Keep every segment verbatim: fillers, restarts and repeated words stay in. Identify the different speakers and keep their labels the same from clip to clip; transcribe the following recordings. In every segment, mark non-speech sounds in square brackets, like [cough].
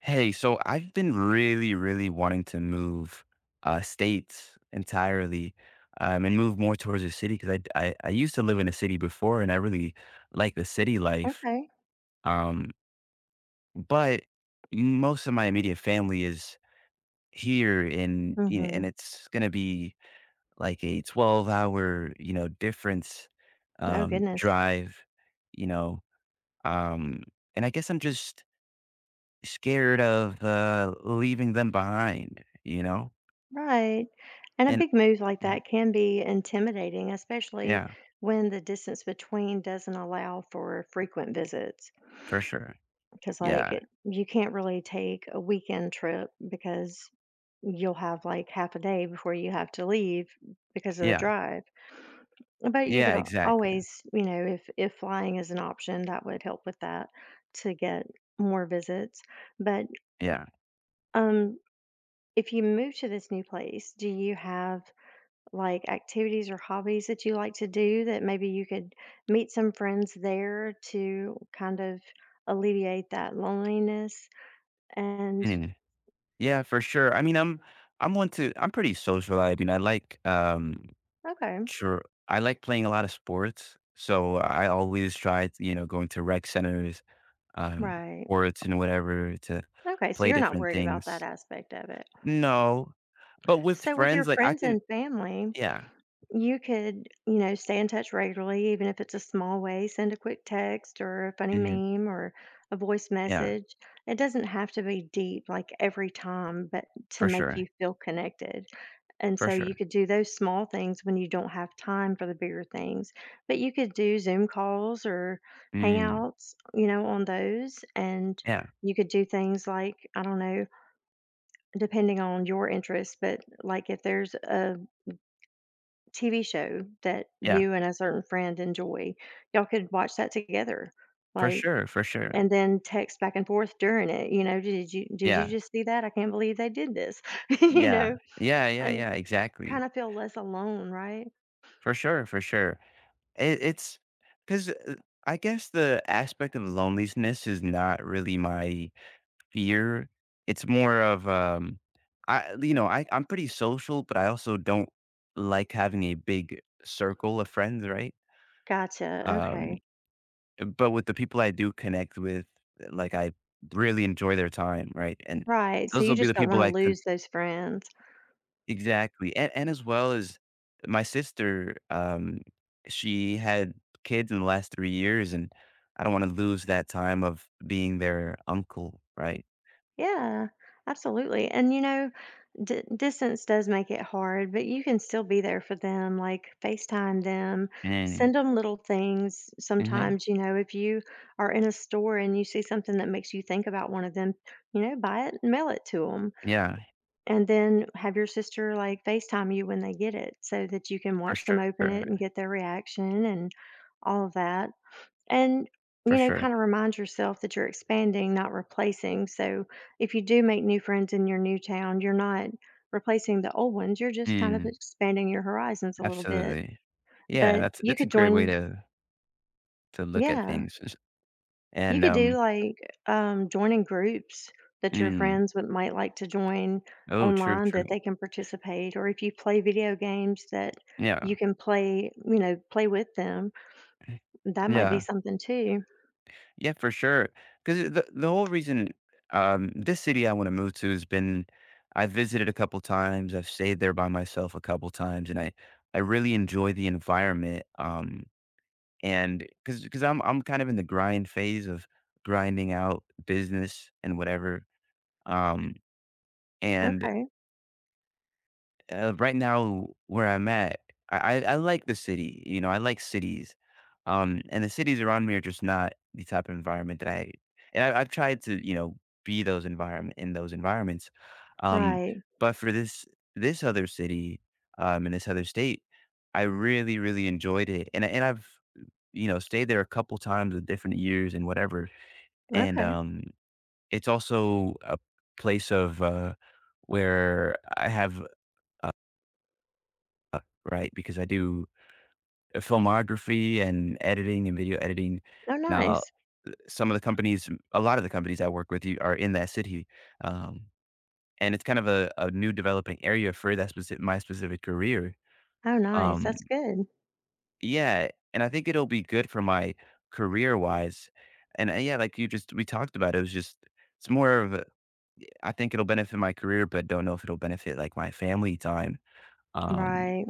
Speaker 1: Hey, so I've been really, really wanting to move uh, states entirely, um, and move more towards a city because I, I, I used to live in a city before and I really like the city life.
Speaker 2: Okay.
Speaker 1: Um, but most of my immediate family is here, and,
Speaker 2: Mm.
Speaker 1: you know, and
Speaker 2: Mhm.
Speaker 1: it's going to be like a twelve hour, you know, difference
Speaker 2: Oh,
Speaker 1: um,
Speaker 2: goodness.
Speaker 1: drive, you know. Um, and I guess I'm just scared of, uh, leaving them behind, you know?
Speaker 2: Right. And a
Speaker 1: And
Speaker 2: big move like
Speaker 1: y
Speaker 2: that can be intimidating, especially
Speaker 1: yeah,
Speaker 2: when the distance between doesn't allow for frequent visits.
Speaker 1: for sure.
Speaker 2: Because, like,
Speaker 1: Yeah,
Speaker 2: it, you can't really take a weekend trip because you'll have like half a day before you have to leave because of the
Speaker 1: yeah,
Speaker 2: drive. But you
Speaker 1: yeah,
Speaker 2: could al-
Speaker 1: exactly.
Speaker 2: always, you know, if if flying is an option, that would help with that to get more visits. But
Speaker 1: Yeah,
Speaker 2: um if you move to this new place, do you have like activities or hobbies that you like to do that maybe you could meet some friends there to kind of alleviate that loneliness? And
Speaker 1: and yeah, for sure. I mean, I'm I'm one to, I'm pretty social. I mean, I like, um,
Speaker 2: okay,
Speaker 1: sure, I like playing a lot of sports, so I always try, you know, going to rec centers, um,
Speaker 2: right.
Speaker 1: sports and whatever to
Speaker 2: Okay, so
Speaker 1: play
Speaker 2: you're not
Speaker 1: different
Speaker 2: worried about that
Speaker 1: things.
Speaker 2: aspect of it.
Speaker 1: No, but with
Speaker 2: So, with your
Speaker 1: friends, like, I
Speaker 2: friends
Speaker 1: can,
Speaker 2: and family,
Speaker 1: yeah,
Speaker 2: you could, you know, stay in touch regularly, even if it's a small way. Send a quick text or a funny
Speaker 1: mhm,
Speaker 2: meme or a voice
Speaker 1: yeah,
Speaker 2: message. It doesn't have to be deep like every time, but to
Speaker 1: for
Speaker 2: make
Speaker 1: sure,
Speaker 2: you feel connected. And
Speaker 1: for
Speaker 2: so you
Speaker 1: sure.
Speaker 2: could do those small things when you don't have time for the bigger things. But you could do Zoom calls or
Speaker 1: Mm,
Speaker 2: hangouts, you know, on those. And
Speaker 1: yeah,
Speaker 2: you could do things like, I don't know, depending on your interests, but like if there's a T V show that
Speaker 1: yeah,
Speaker 2: you and a certain friend enjoy. Y'all could watch that together,
Speaker 1: for
Speaker 2: like,
Speaker 1: sure, for sure.
Speaker 2: and then text back and forth during it, you know, "Did you did you
Speaker 1: Yeah,
Speaker 2: just see that? I can't believe they did this." [laughs] You
Speaker 1: yeah,
Speaker 2: know,
Speaker 1: yeah, yeah,
Speaker 2: and
Speaker 1: yeah, exactly.
Speaker 2: kinda feel less alone, right?
Speaker 1: For sure, for sure. It, it's because I guess the aspect of loneliness is not really my fear. It's more of, um, I, you know I I'm pretty social, but I also don't like having a big circle of friends, right?
Speaker 2: Gotcha,
Speaker 1: Um,
Speaker 2: okay.
Speaker 1: but with the people I do connect with, like, I really enjoy their time, right? And
Speaker 2: Right, so
Speaker 1: those will
Speaker 2: you
Speaker 1: be the
Speaker 2: just don't
Speaker 1: people
Speaker 2: wanna
Speaker 1: I,
Speaker 2: lose those friends.
Speaker 1: exactly, and and as well as my sister. Um, she had kids in the last three years, and I don't wanna lose that time of being their uncle, right?
Speaker 2: Yeah, absolutely. And you know, d- distance does make it hard, but you can still be there for them, like FaceTime them,
Speaker 1: Mm,
Speaker 2: send them little things.
Speaker 1: mhm,
Speaker 2: Sometimes, you know, if you are in a store and you see something that makes you think about one of them, you know, buy it and mail it to them.
Speaker 1: yeah,
Speaker 2: And then have your sister like FaceTime you when they get it so that you can
Speaker 1: for
Speaker 2: watch them
Speaker 1: sure,
Speaker 2: open it and get their reaction and all of that. And,
Speaker 1: for
Speaker 2: you know,
Speaker 1: sure.
Speaker 2: kind of remind yourself that you're expanding, not replacing. So if you do make new friends in your new town, you're not replacing the old ones. You're just kind of
Speaker 1: Mm,
Speaker 2: expanding your horizons a little bit.
Speaker 1: absolutely. Yeah,
Speaker 2: But
Speaker 1: that's
Speaker 2: you
Speaker 1: that's a
Speaker 2: could
Speaker 1: great way
Speaker 2: join,
Speaker 1: to to look at
Speaker 2: yeah,
Speaker 1: things. Is-
Speaker 2: you
Speaker 1: and,
Speaker 2: could do
Speaker 1: um
Speaker 2: like um, joining groups that your
Speaker 1: mm,
Speaker 2: friends would might like to join
Speaker 1: oh, true,
Speaker 2: online
Speaker 1: true.
Speaker 2: that they can participate, or if you play video games that
Speaker 1: Yeah.
Speaker 2: you can play, you know, play with them. That might be
Speaker 1: Yeah.
Speaker 2: something too.
Speaker 1: Yeah, for sure. Because the the whole reason um, this city I want to move to has been, I've visited a couple times. I've stayed there by myself a couple times, and I I really enjoy the environment. Um, and because because I'm I'm kind of in the grind phase of grinding out business and whatever. Um, and
Speaker 2: Okay.
Speaker 1: Uh, right now, where I'm at, I, I I like the city. You know, I like cities, um, and the cities around me are just not the type of environment that I. And I, I've tried to, you know, be those environment in those environments, um,
Speaker 2: Right.
Speaker 1: but for this this other city, um, in this other state, I really really enjoyed it, and I- and I've, you know, stayed there a couple times with different years and whatever, and
Speaker 2: Okay.
Speaker 1: um, it's also a place of, uh, where I have, right? Because I do, uh, filmography and editing and video editing.
Speaker 2: Oh,
Speaker 1: And uh,
Speaker 2: nice.
Speaker 1: some of the companies, a lot of the companies I work with you are in that city. Um, and it's kind of a, a new developing area for that specific, my specific career.
Speaker 2: Oh, nice.
Speaker 1: Um,
Speaker 2: That's good.
Speaker 1: yeah. And I think it'll be good for my career wise. And uh, yeah, like you just, we talked about, it was just, it's more of, a, I think it'll benefit my career, but don't know if it'll benefit like my family time. Um,
Speaker 2: Right.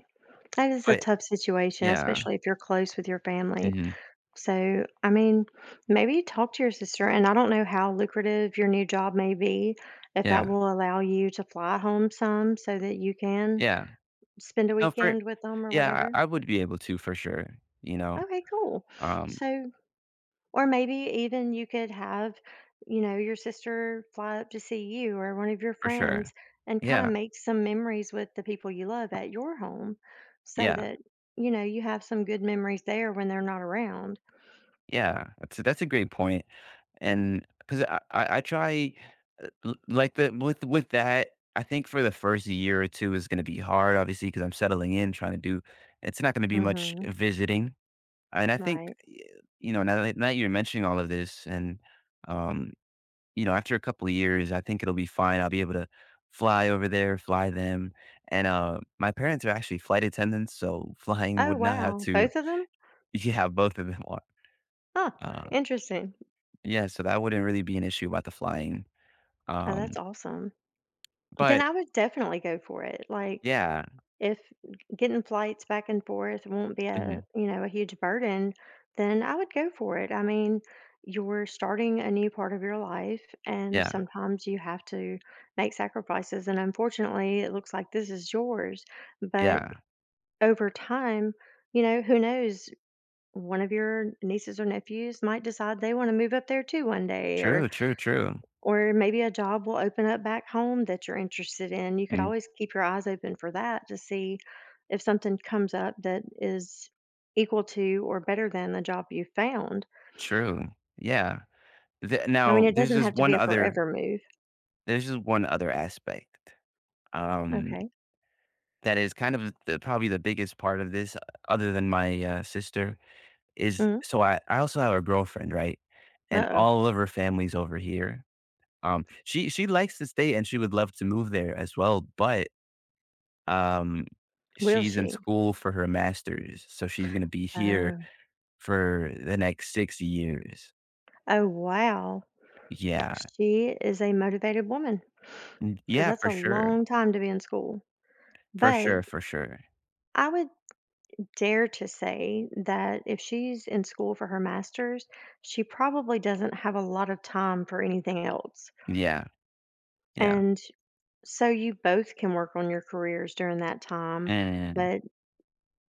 Speaker 2: That is a
Speaker 1: but
Speaker 2: tough situation,
Speaker 1: yeah.
Speaker 2: especially if you're close with your family.
Speaker 1: Hmm.
Speaker 2: So, I mean, maybe talk to your sister, and I don't know how lucrative your new job may be, if that
Speaker 1: Yeah.
Speaker 2: will allow you to fly home some so that you can
Speaker 1: Yeah.
Speaker 2: spend a
Speaker 1: No, for,
Speaker 2: weekend with them or
Speaker 1: yeah,
Speaker 2: whatever.
Speaker 1: I I would be able to for sure, you know,
Speaker 2: Okay, cool.
Speaker 1: um,
Speaker 2: So, or maybe even you could have, you know, your sister fly up to see you or one of your
Speaker 1: for sure.
Speaker 2: friends and kind of
Speaker 1: Yeah,
Speaker 2: make some memories with the people you love at your home so
Speaker 1: yeah,
Speaker 2: that, you know, you have some good memories there when they're not around.
Speaker 1: yeah, that's a that's a great point, and 'cause I I I try, uh, l like, the with with that, I think for the first year or two is gonna be hard, obviously, because 'cause I'm settling in, trying to do, it's not gonna be much
Speaker 2: hmm
Speaker 1: visiting, and I think,
Speaker 2: Right.
Speaker 1: y you know, now that now that you're mentioning all of this, and um you know, after a couple of years, I think it'll be fine. I'll be able to fly over there, fly them. And uh, my parents are actually flight attendants, so flying
Speaker 2: Oh,
Speaker 1: would not have
Speaker 2: wow.
Speaker 1: to.
Speaker 2: Both
Speaker 1: [laughs]
Speaker 2: of them?
Speaker 1: Yeah, both of them are.
Speaker 2: Huh.
Speaker 1: Uh,
Speaker 2: Interesting.
Speaker 1: yeah, so that wouldn't really be an issue about the flying.
Speaker 2: Oh, that's
Speaker 1: Um,
Speaker 2: awesome. Then
Speaker 1: but
Speaker 2: I would definitely go for it. Like,
Speaker 1: yeah,
Speaker 2: if getting flights back and forth won't be a,
Speaker 1: mhm,
Speaker 2: you know, a huge burden, then I would go for it. I mean, you're starting a new part of your life, and
Speaker 1: yeah,
Speaker 2: sometimes you have to make sacrifices. And unfortunately, it looks like this is yours. But
Speaker 1: yeah.
Speaker 2: over time, you know, who knows? One of your nieces or nephews might decide they want to move up there too one day, or
Speaker 1: True, true, true,
Speaker 2: or maybe a job will open up back home that you're interested in. You could
Speaker 1: mm,
Speaker 2: always keep your eyes open for that to see if something comes up that is equal to or better than the job you found.
Speaker 1: true. Yeah. Th-
Speaker 2: I mean,
Speaker 1: now,
Speaker 2: it
Speaker 1: there's
Speaker 2: doesn't
Speaker 1: just
Speaker 2: have to
Speaker 1: one
Speaker 2: be a
Speaker 1: other.
Speaker 2: forever move.
Speaker 1: There's just one other aspect. Um,
Speaker 2: Okay.
Speaker 1: that is kind of the probably the biggest part of this, uh, other than my, uh, sister, is,
Speaker 2: Mm.
Speaker 1: so I I also have a girlfriend, right? And
Speaker 2: Uh-oh.
Speaker 1: all of her family's over here. Um, she she likes to stay, and she would love to move there as well, but, um,
Speaker 2: Will
Speaker 1: she's in
Speaker 2: she?
Speaker 1: school for her master's, so she's gonna be here
Speaker 2: Oh.
Speaker 1: for the next six years.
Speaker 2: Oh, wow.
Speaker 1: Yeah.
Speaker 2: She is a motivated woman
Speaker 1: N
Speaker 2: because
Speaker 1: Yeah,
Speaker 2: that's
Speaker 1: for
Speaker 2: a
Speaker 1: sure.
Speaker 2: long time to be in school.
Speaker 1: For
Speaker 2: But
Speaker 1: sure, for sure.
Speaker 2: I would dare to say that if she's in school for her master's, she probably doesn't have a lot of time for anything else.
Speaker 1: Yeah, yeah.
Speaker 2: And so you both can work on your careers during that time,
Speaker 1: And
Speaker 2: but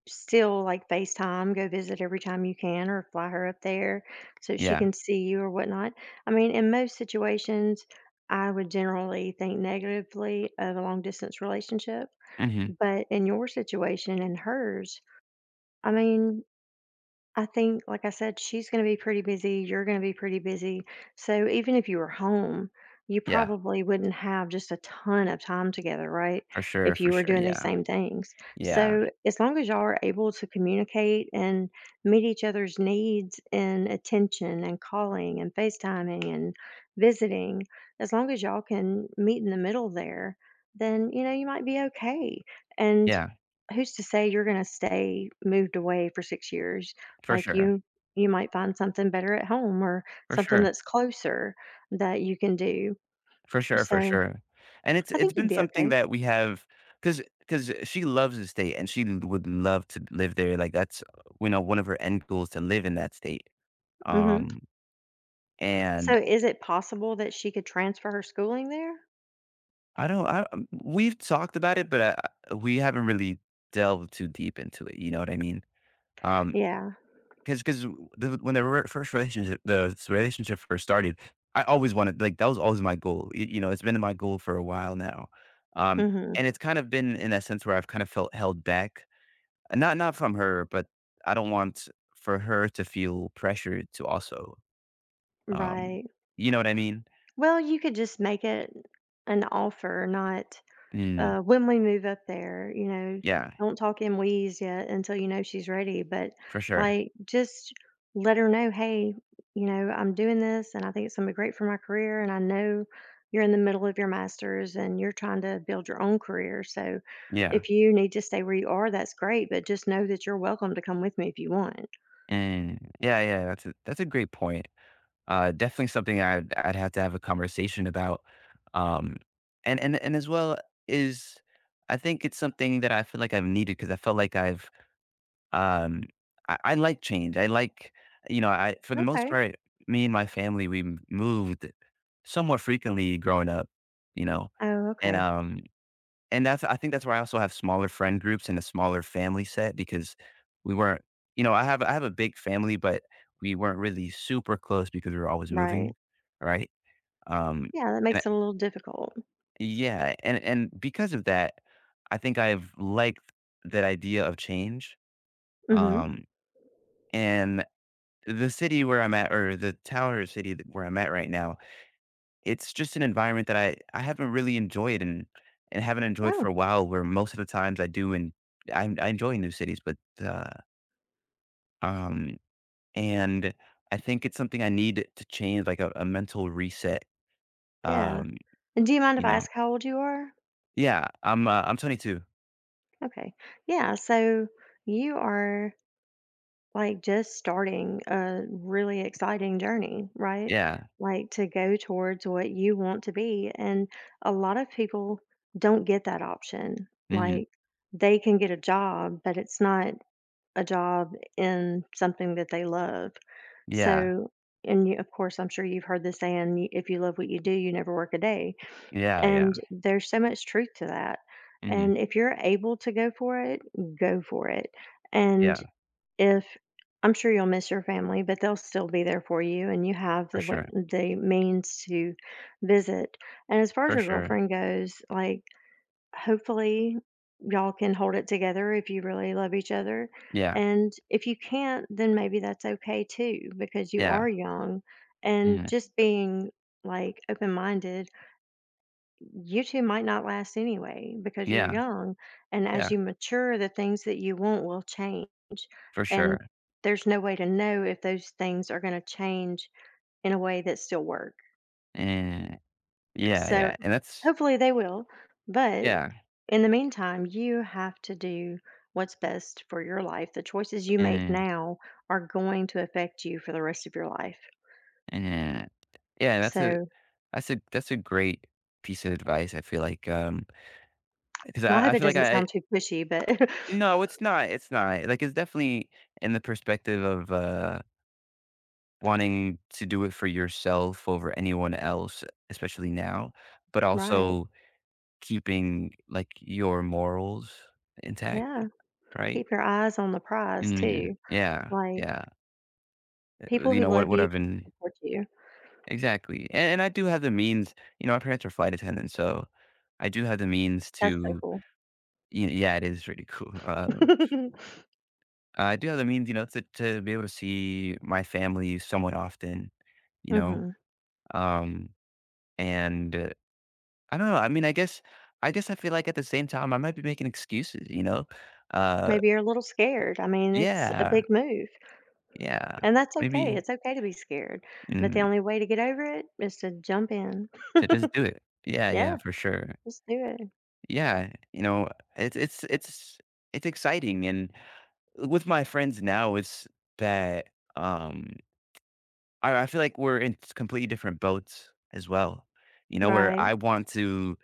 Speaker 2: still like FaceTime, go visit every time you can or fly her up there so she
Speaker 1: yeah.
Speaker 2: can see you or whatnot. I mean, in most situations, I would generally think negatively of a long distance relationship,
Speaker 1: Mhm.
Speaker 2: but in your situation and hers, I mean, I think, like I said, she's going to be pretty busy. You're going to be pretty busy. So even if you were home, you
Speaker 1: Yeah.
Speaker 2: probably wouldn't have just a ton of time together, right?
Speaker 1: For sure,
Speaker 2: If
Speaker 1: for
Speaker 2: you were
Speaker 1: sure,
Speaker 2: doing these
Speaker 1: yeah.
Speaker 2: same things.
Speaker 1: Yeah.
Speaker 2: So as long as y'all are able to communicate and meet each other's needs in attention and calling and FaceTiming and visiting, as long as y'all can meet in the middle there, then, you know, you might be okay. And
Speaker 1: Yeah,
Speaker 2: who's to say you're going to stay moved away for six years?
Speaker 1: for
Speaker 2: Like
Speaker 1: sure,
Speaker 2: you you might find something better at home or
Speaker 1: for
Speaker 2: something
Speaker 1: sure,
Speaker 2: that's closer that you can do.
Speaker 1: for sure, for
Speaker 2: So,
Speaker 1: sure, and it's
Speaker 2: I
Speaker 1: it's
Speaker 2: think you'd
Speaker 1: been
Speaker 2: be
Speaker 1: something
Speaker 2: okay.
Speaker 1: that we have, cause cause she loves the state and she l- would love to live there, like, that's, you know, one of her end goals to live in that state,
Speaker 2: Mhm.
Speaker 1: um,
Speaker 2: So,
Speaker 1: and
Speaker 2: is it possible that she could transfer her schooling there?
Speaker 1: I don't, I, um, we've talked about it, but, uh, we haven't really delved too deep into it, you know what I mean? Um,
Speaker 2: Yeah.
Speaker 1: Because, because when the re first relationship the relationship first started, I always wanted like, that was always my goal, y you know, it's been my goal for a while now, um,
Speaker 2: Mhm.
Speaker 1: and it's kind of been in that sense where I've kind of felt held back. Uh, not not from her, but I don't want for her to feel pressured to also, um
Speaker 2: Right.
Speaker 1: you know what I mean?
Speaker 2: Well, you could just make it an offer, not
Speaker 1: Mm,
Speaker 2: uh, when we move up there, you know,
Speaker 1: yeah,
Speaker 2: don't talk in wheeze yet until you know she's ready. But
Speaker 1: for sure.
Speaker 2: like, just let her know, hey, you know, I'm doing this and I think it's going to be great for my career. And I know you're in the middle of your master's and you're trying to build your own career. So
Speaker 1: Yeah,
Speaker 2: if you need to stay where you are, that's great, but just know that you're welcome to come with me if you want.
Speaker 1: and yeah, yeah, that's a that's a great point. Uh, definitely something I'd I'd have to have a conversation about. Um, and and and as well is, I think it's something that I feel like I've needed because I felt like I've, um I, I like change. I like, you know, I, for the most
Speaker 2: Okay.
Speaker 1: part, me and my family, we m- moved somewhat frequently growing up. You know,
Speaker 2: Oh,
Speaker 1: and
Speaker 2: okay.
Speaker 1: um and that's, I think that's where I also have smaller friend groups and a smaller family set because we weren't, you know, I have I have a big family, but we weren't really super close because we were always moving,
Speaker 2: Right.
Speaker 1: right? Um,
Speaker 2: Yeah, that
Speaker 1: and I
Speaker 2: makes it a little difficult.
Speaker 1: yeah, and and because of that, I think I've liked that idea of change.
Speaker 2: Mhm.
Speaker 1: Um, and the city where I'm at, or the town or city that- where I'm at right now, it's just an environment that I I haven't really enjoyed and and haven't enjoyed for
Speaker 2: Oh,
Speaker 1: a while, where most of the times I do, and I I enjoy new cities, but, uh, um, and I think it's something I need to change, like a a mental reset,
Speaker 2: yeah.
Speaker 1: um,
Speaker 2: And do you mind if
Speaker 1: you
Speaker 2: I
Speaker 1: know?
Speaker 2: ask how old you are?
Speaker 1: Yeah, I'm, uh, I'm twenty-two.
Speaker 2: Okay. Yeah. So you are like just starting a really exciting journey, right?
Speaker 1: Yeah.
Speaker 2: Like to go towards what you want to be. And a lot of people don't get that option.
Speaker 1: Mhm.
Speaker 2: Like they can get a job, but it's not a job in something that they love.
Speaker 1: Yeah.
Speaker 2: So, and you, of course, I'm sure you've heard the saying, "You- if you love what you do, you never work a day.
Speaker 1: Yeah, yeah.
Speaker 2: And there's so much truth to that.
Speaker 1: Mhm.
Speaker 2: And if you're able to go for it, go for it. And
Speaker 1: Yeah,
Speaker 2: if I'm sure you'll miss your family, but they'll still be there for you, and you have
Speaker 1: for
Speaker 2: the what
Speaker 1: sure,
Speaker 2: the means to visit. And as far as
Speaker 1: for
Speaker 2: your
Speaker 1: sure.
Speaker 2: girlfriend goes, like hopefully y'all can hold it together if you really love each other.
Speaker 1: Yeah,
Speaker 2: And if you can't, then maybe that's okay too, because you
Speaker 1: yeah.
Speaker 2: are young. And
Speaker 1: Mhm.
Speaker 2: just being like open minded you two might not last anyway because you're
Speaker 1: Yeah,
Speaker 2: young. And as
Speaker 1: yeah,
Speaker 2: you mature, the things that you want will change.
Speaker 1: for sure.
Speaker 2: And there's no way to know if those things are going to change in a way that still work.
Speaker 1: And yeah,
Speaker 2: So
Speaker 1: yeah, and that's
Speaker 2: hopefully they will. But
Speaker 1: yeah.
Speaker 2: in the meantime, you have to do what's best for your life. The choices you make
Speaker 1: And
Speaker 2: now are going to affect you for the rest of your life.
Speaker 1: mhm. Yeah, that's a
Speaker 2: So
Speaker 1: that's a that's a great piece of advice, I feel like, um because
Speaker 2: well, I
Speaker 1: I I
Speaker 2: hope it
Speaker 1: feel like
Speaker 2: doesn't
Speaker 1: I,
Speaker 2: sound too pushy, but
Speaker 1: no, it's not, it's not, like, it's definitely in the perspective of, uh, wanting to do it for yourself over anyone else, especially now, but
Speaker 2: [laughs] right.
Speaker 1: also keeping, like, your morals intact,
Speaker 2: Yeah.
Speaker 1: right?
Speaker 2: Keep your eyes on the prize
Speaker 1: Mm,
Speaker 2: too.
Speaker 1: yeah,
Speaker 2: Like,
Speaker 1: yeah, uh,
Speaker 2: people
Speaker 1: you
Speaker 2: who
Speaker 1: know, what
Speaker 2: love
Speaker 1: what
Speaker 2: you
Speaker 1: I've been,
Speaker 2: support you.
Speaker 1: exactly, and and I do have the means, you know, my parents are flight attendants, so I do have the means
Speaker 2: That's so
Speaker 1: to,
Speaker 2: cool.
Speaker 1: Y yeah, it is really cool. Um,
Speaker 2: [laughs]
Speaker 1: I do have the means, you know, to to be able to see my family somewhat often, you know?
Speaker 2: Mhm.
Speaker 1: Um, and, uh, I don't know, I mean, I guess I guess I feel like at the same time, I might be making excuses, you know? Uh
Speaker 2: Maybe you're a little scared. I mean, it's a
Speaker 1: Yeah,
Speaker 2: big move,
Speaker 1: yeah.
Speaker 2: and that's okay.
Speaker 1: Maybe,
Speaker 2: It's okay to be scared, but the
Speaker 1: mm,
Speaker 2: only way to get over it is to jump in.
Speaker 1: to just do it. Yeah, yeah,
Speaker 2: Yeah,
Speaker 1: for sure.
Speaker 2: just do it.
Speaker 1: Yeah, you know, it's it's it's it's exciting, and with my friends now, it's that, um I I feel like we're in completely different boats as well, you know, where
Speaker 2: Right,
Speaker 1: I want to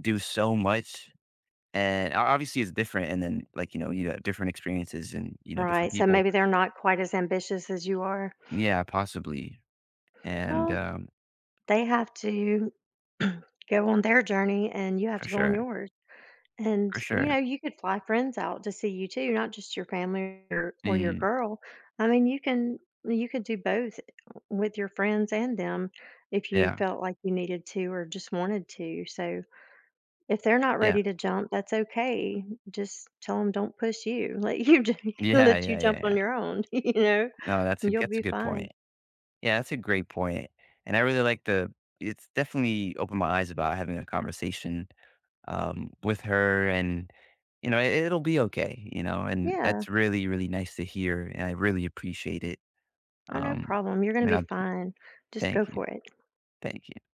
Speaker 1: do so much, and o obviously, it's different, and then, like, you know, you have different experiences and, you know, different
Speaker 2: right. So
Speaker 1: people.
Speaker 2: maybe they're not quite as ambitious as you are.
Speaker 1: Yeah, possibly, and,
Speaker 2: Well,
Speaker 1: um,
Speaker 2: they have to [clears throat] go on their journey, and you have
Speaker 1: for
Speaker 2: to go on
Speaker 1: sure,
Speaker 2: yours. And,
Speaker 1: for
Speaker 2: you
Speaker 1: sure.
Speaker 2: know, you could fly friends out to see you too, not just your family or, or your
Speaker 1: Mm,
Speaker 2: girl. I mean, you can you could do both with your friends and them if you
Speaker 1: yeah,
Speaker 2: felt like you needed to or just wanted to. So if they're not
Speaker 1: yeah.
Speaker 2: ready to jump, that's okay. Just tell them don't push you. [laughs] Let you ju- [laughs]
Speaker 1: Yeah,
Speaker 2: let you
Speaker 1: yeah, yeah,
Speaker 2: jump on
Speaker 1: yeah.
Speaker 2: your own, [laughs] you know.
Speaker 1: No, that's a
Speaker 2: And You'll
Speaker 1: that's a
Speaker 2: be
Speaker 1: good
Speaker 2: fine.
Speaker 1: point. Yeah, that's a great point, and I really like the, it's definitely opened my eyes about having a conversation, um, with her, and you know it, it'll be okay, you know, and
Speaker 2: Yeah.
Speaker 1: that's really really nice to hear, and I really appreciate it,
Speaker 2: Oh, no
Speaker 1: um
Speaker 2: problem. You're going
Speaker 1: and
Speaker 2: to
Speaker 1: I
Speaker 2: be fine. Just go
Speaker 1: thank you,
Speaker 2: for it.
Speaker 1: thank you